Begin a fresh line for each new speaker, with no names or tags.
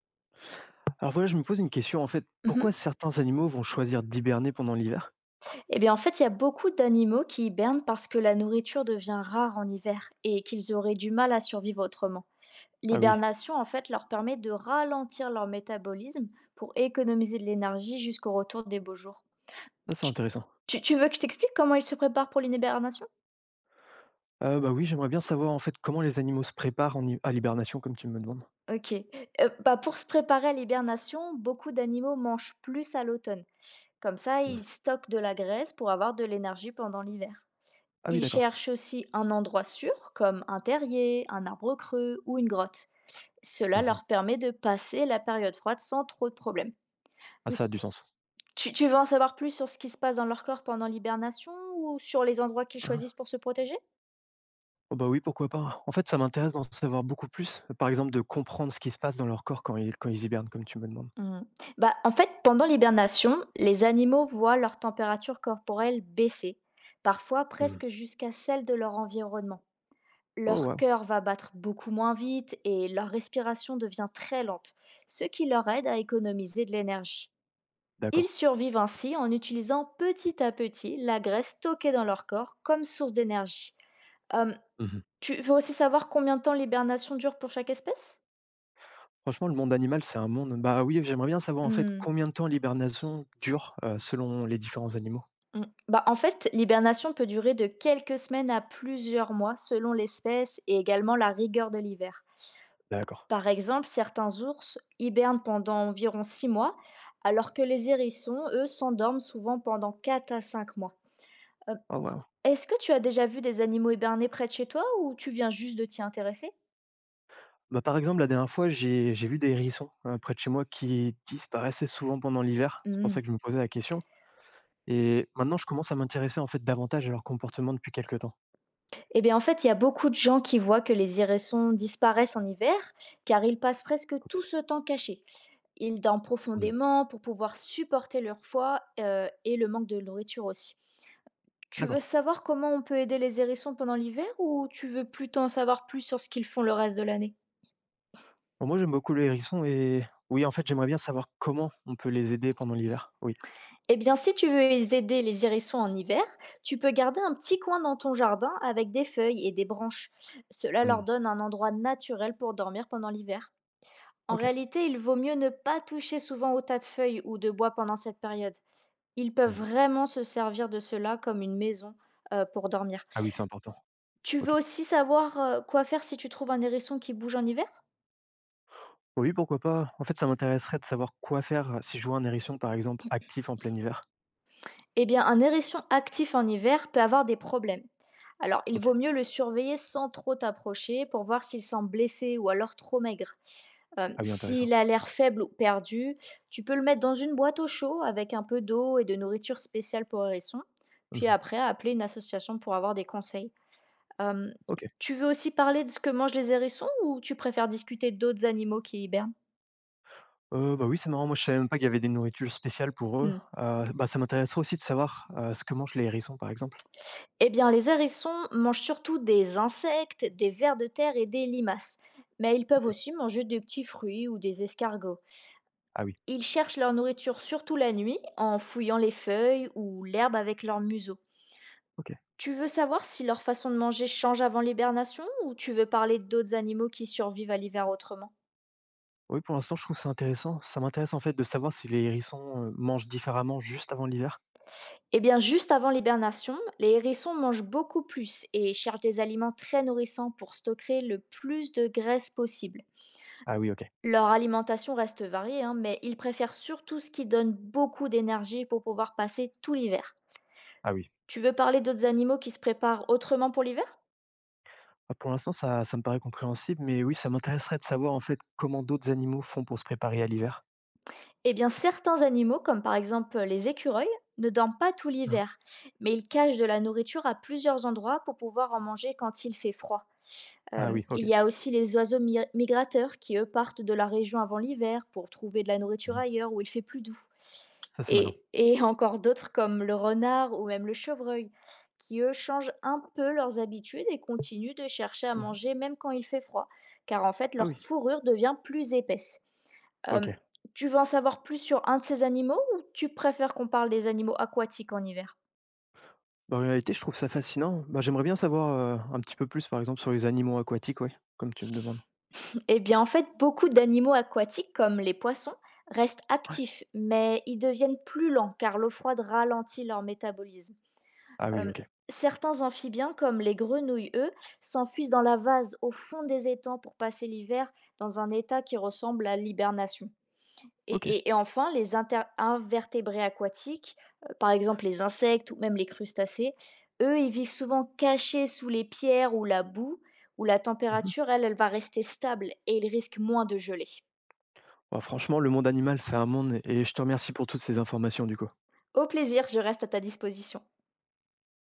Alors voilà, je me pose une question en fait.
Mmh
Pourquoi
mh.
certains animaux vont choisir d'hiberner pendant l'hiver?
Bien, en fait, il y a beaucoup d'animaux qui hibernent parce que la nourriture devient rare en hiver et qu'ils auraient du mal à survivre autrement.
Ah oui,
L'hibernation, en fait, leur permet de ralentir leur métabolisme pour économiser de l'énergie jusqu'au retour des beaux jours.
ça c'est
Tu
intéressant.
tu veux que je t'explique comment ils se préparent pour l'hibernation?
Bah oui, j'aimerais bien savoir en fait comment les animaux se préparent à l'hibernation comme tu me demandes.
OK. Pour se préparer à l'hibernation, beaucoup d'animaux mangent plus à l'automne. Comme ça,
Mhm.
ils stockent de la graisse pour avoir de l'énergie pendant l'hiver.
Ah oui,
Ils
d'accord.
cherchent aussi un endroit sûr, comme un terrier, un arbre creux ou une grotte. Cela
Mhm.
leur permet de passer la période froide sans trop de problèmes.
Ah,
Mm.
ça a du sens.
Tu veux en savoir plus sur ce qui se passe dans leur corps pendant l'hibernation ou sur les endroits qu'ils
Hein.
choisissent pour se protéger?
Oh bah oui, pourquoi pas. En fait, ça m'intéresse d'en savoir beaucoup plus. Par exemple, de comprendre ce qui se passe dans leur corps quand ils hibernent comme tu me demandes.
Mm. Bah, en fait, pendant l'hibernation, les animaux voient leur température corporelle baisser, parfois
Mhm.
presque jusqu'à celle de leur environnement.
Oh
Leur
waouh,
cœur va battre beaucoup moins vite et leur respiration devient très lente, ce qui leur aide à économiser de l'énergie. Ils
d'accord.
survivent ainsi en utilisant petit à petit la graisse stockée dans leur corps comme source d'énergie. Euh,
Mhm.
Tu veux aussi savoir combien de temps l'hibernation dure pour chaque espèce?
Franchement, le monde animal, c'est un monde. Bah oui, j'aimerais bien savoir en fait
Hmm,
combien de temps l'hibernation dure selon les différents animaux.
hmm. En fait, l'hibernation peut durer de quelques semaines à plusieurs mois selon l'espèce et également la rigueur de l'hiver.
D'accord.
Par exemple, certains ours hibernent pendant environ 6 mois, alors que les hérissons, eux, s'endorment souvent pendant 4 à 5 mois. Euh,
Oh waouh.
Est-ce que tu as déjà vu des animaux hibernés près de chez toi ou tu viens juste de t'y intéresser?
Bah, par exemple, la dernière fois, j'ai vu des hérissons, près de chez moi qui disparaissaient souvent pendant l'hiver. C'est pour
Hmm.
ça que je me posais la question et maintenant je commence à m'intéresser, en fait, davantage à leur comportement depuis quelques temps.
Eh bien, en fait, il y a beaucoup de gens qui voient que les hérissons disparaissent en hiver, car ils passent presque tout ce temps cachés. Ils dorment
Mmh.
profondément pour pouvoir supporter leur froid et le manque de nourriture aussi. Tu veux
D'accord.
savoir comment on peut aider les hérissons pendant l'hiver ou tu veux plutôt en savoir plus sur ce qu'ils font le reste de l'année?
Bon, moi, j'aime beaucoup les hérissons et oui, en fait, j'aimerais bien savoir comment on peut les aider pendant l'hiver. Oui.
Eh bien, si tu veux les aider les hérissons en hiver, tu peux garder un petit coin dans ton jardin avec des feuilles et des branches. Cela leur
Mmh.
donne un endroit naturel pour dormir pendant l'hiver. En
OK.
réalité, il vaut mieux ne pas toucher souvent au tas de feuilles ou de bois pendant cette période. Ils peuvent
Mmh.
vraiment se servir de cela comme une maison pour dormir.
Ah oui, c'est important.
Tu veux
OK.
aussi savoir quoi faire si tu trouves un hérisson qui bouge en hiver?
Oui, pourquoi pas. En fait, ça m'intéresserait de savoir quoi faire si je vois un hérisson, par exemple, actif en plein hiver.
Eh bien, un hérisson actif en hiver peut avoir des problèmes. Alors, il
OK.
vaut mieux le surveiller sans trop t'approcher pour voir s'il semble blessé ou alors trop maigre.
Ah oui, intéressant.
S'il a l'air faible ou perdu, tu peux le mettre dans une boîte au chaud avec un peu d'eau et de nourriture spéciale pour hérisson, puis
Mmh.
après appeler une association pour avoir des conseils. Euh,
OK.
tu veux aussi parler de ce que mangent les hérissons ou tu préfères discuter d'autres animaux qui hibernent?
Bah, oui, c'est marrant, moi je savais même pas qu'il y avait des nourritures spéciales pour eux.
Hmm.
Bah, ça m'intéresserait aussi de savoir, ce que mangent les hérissons, par exemple.
Eh bien, les hérissons mangent surtout des insectes, des vers de terre et des limaces. Mais ils peuvent
OK.
aussi manger des petits fruits ou des escargots.
Ah oui,
Ils cherchent leur nourriture surtout la nuit, en fouillant les feuilles ou l'herbe avec leur museau.
OK.
Tu veux savoir si leur façon de manger change avant l'hibernation ou tu veux parler d'autres animaux qui survivent à l'hiver autrement?
Oui, pour l'instant, je trouve ça intéressant. Ça m'intéresse, en fait, de savoir si les hérissons, mangent différemment juste avant l'hiver?
Eh bien, juste avant l'hibernation, les hérissons mangent beaucoup plus et cherchent des aliments très nourrissants pour stocker le plus de graisse possible.
Ah oui, OK.
Leur alimentation reste variée, hein, mais ils préfèrent surtout ce qui donne beaucoup d'énergie pour pouvoir passer tout l'hiver.
Ah oui.
Tu veux parler d'autres animaux qui se préparent autrement pour l'hiver?
Bah, pour l'instant, ça me paraît compréhensible, mais oui, ça m'intéresserait de savoir, en fait, comment d'autres animaux font pour se préparer à l'hiver.
Eh bien, certains animaux, comme par exemple les écureuils, ne dorment pas tout
Hein?
l'hiver, mais ils cachent de la nourriture à plusieurs endroits pour pouvoir en manger quand il fait froid.
Ah oui, OK.
Il y a aussi les oiseaux mi migrateurs qui, eux, partent de la région avant l'hiver pour trouver de la nourriture
Mmh.
ailleurs où il fait plus doux
Ça, c'est malin.
et encore d'autres comme le renard ou même le chevreuil qui, eux, changent un peu leurs habitudes et continuent de chercher à
Mmh.
manger même quand il fait froid, car en fait
Ah
leur
oui,
fourrure devient plus épaisse. Hem,
OK.
tu veux en savoir plus sur un de ces animaux ou tu préfères qu'on parle des animaux aquatiques en hiver?
Bah, en réalité, je trouve ça fascinant. Bah, j'aimerais bien savoir, un petit peu plus, par exemple, sur les animaux aquatiques, ouais, comme tu me demandes.
Eh bien, en fait, beaucoup d'animaux aquatiques, comme les poissons, restent
Ouais.
actifs, mais ils deviennent plus lents car l'eau froide ralentit leur métabolisme.
Ah oui,
Euh,
OK.
Certains amphibiens, comme les grenouilles, eux, s'enfuient dans la vase au fond des étangs pour passer l'hiver dans un état qui ressemble à l'hibernation. Et
OK.
et et enfin, les inter invertébrés aquatiques, par exemple les insectes ou même les crustacés, eux, ils vivent souvent cachés sous les pierres ou la boue, où la
Mmh.
température, elle va rester stable et ils risquent moins de geler.
Bah, franchement, le monde animal, c'est un monde et je te remercie pour toutes ces informations, du coup.
Au plaisir, je reste à ta disposition.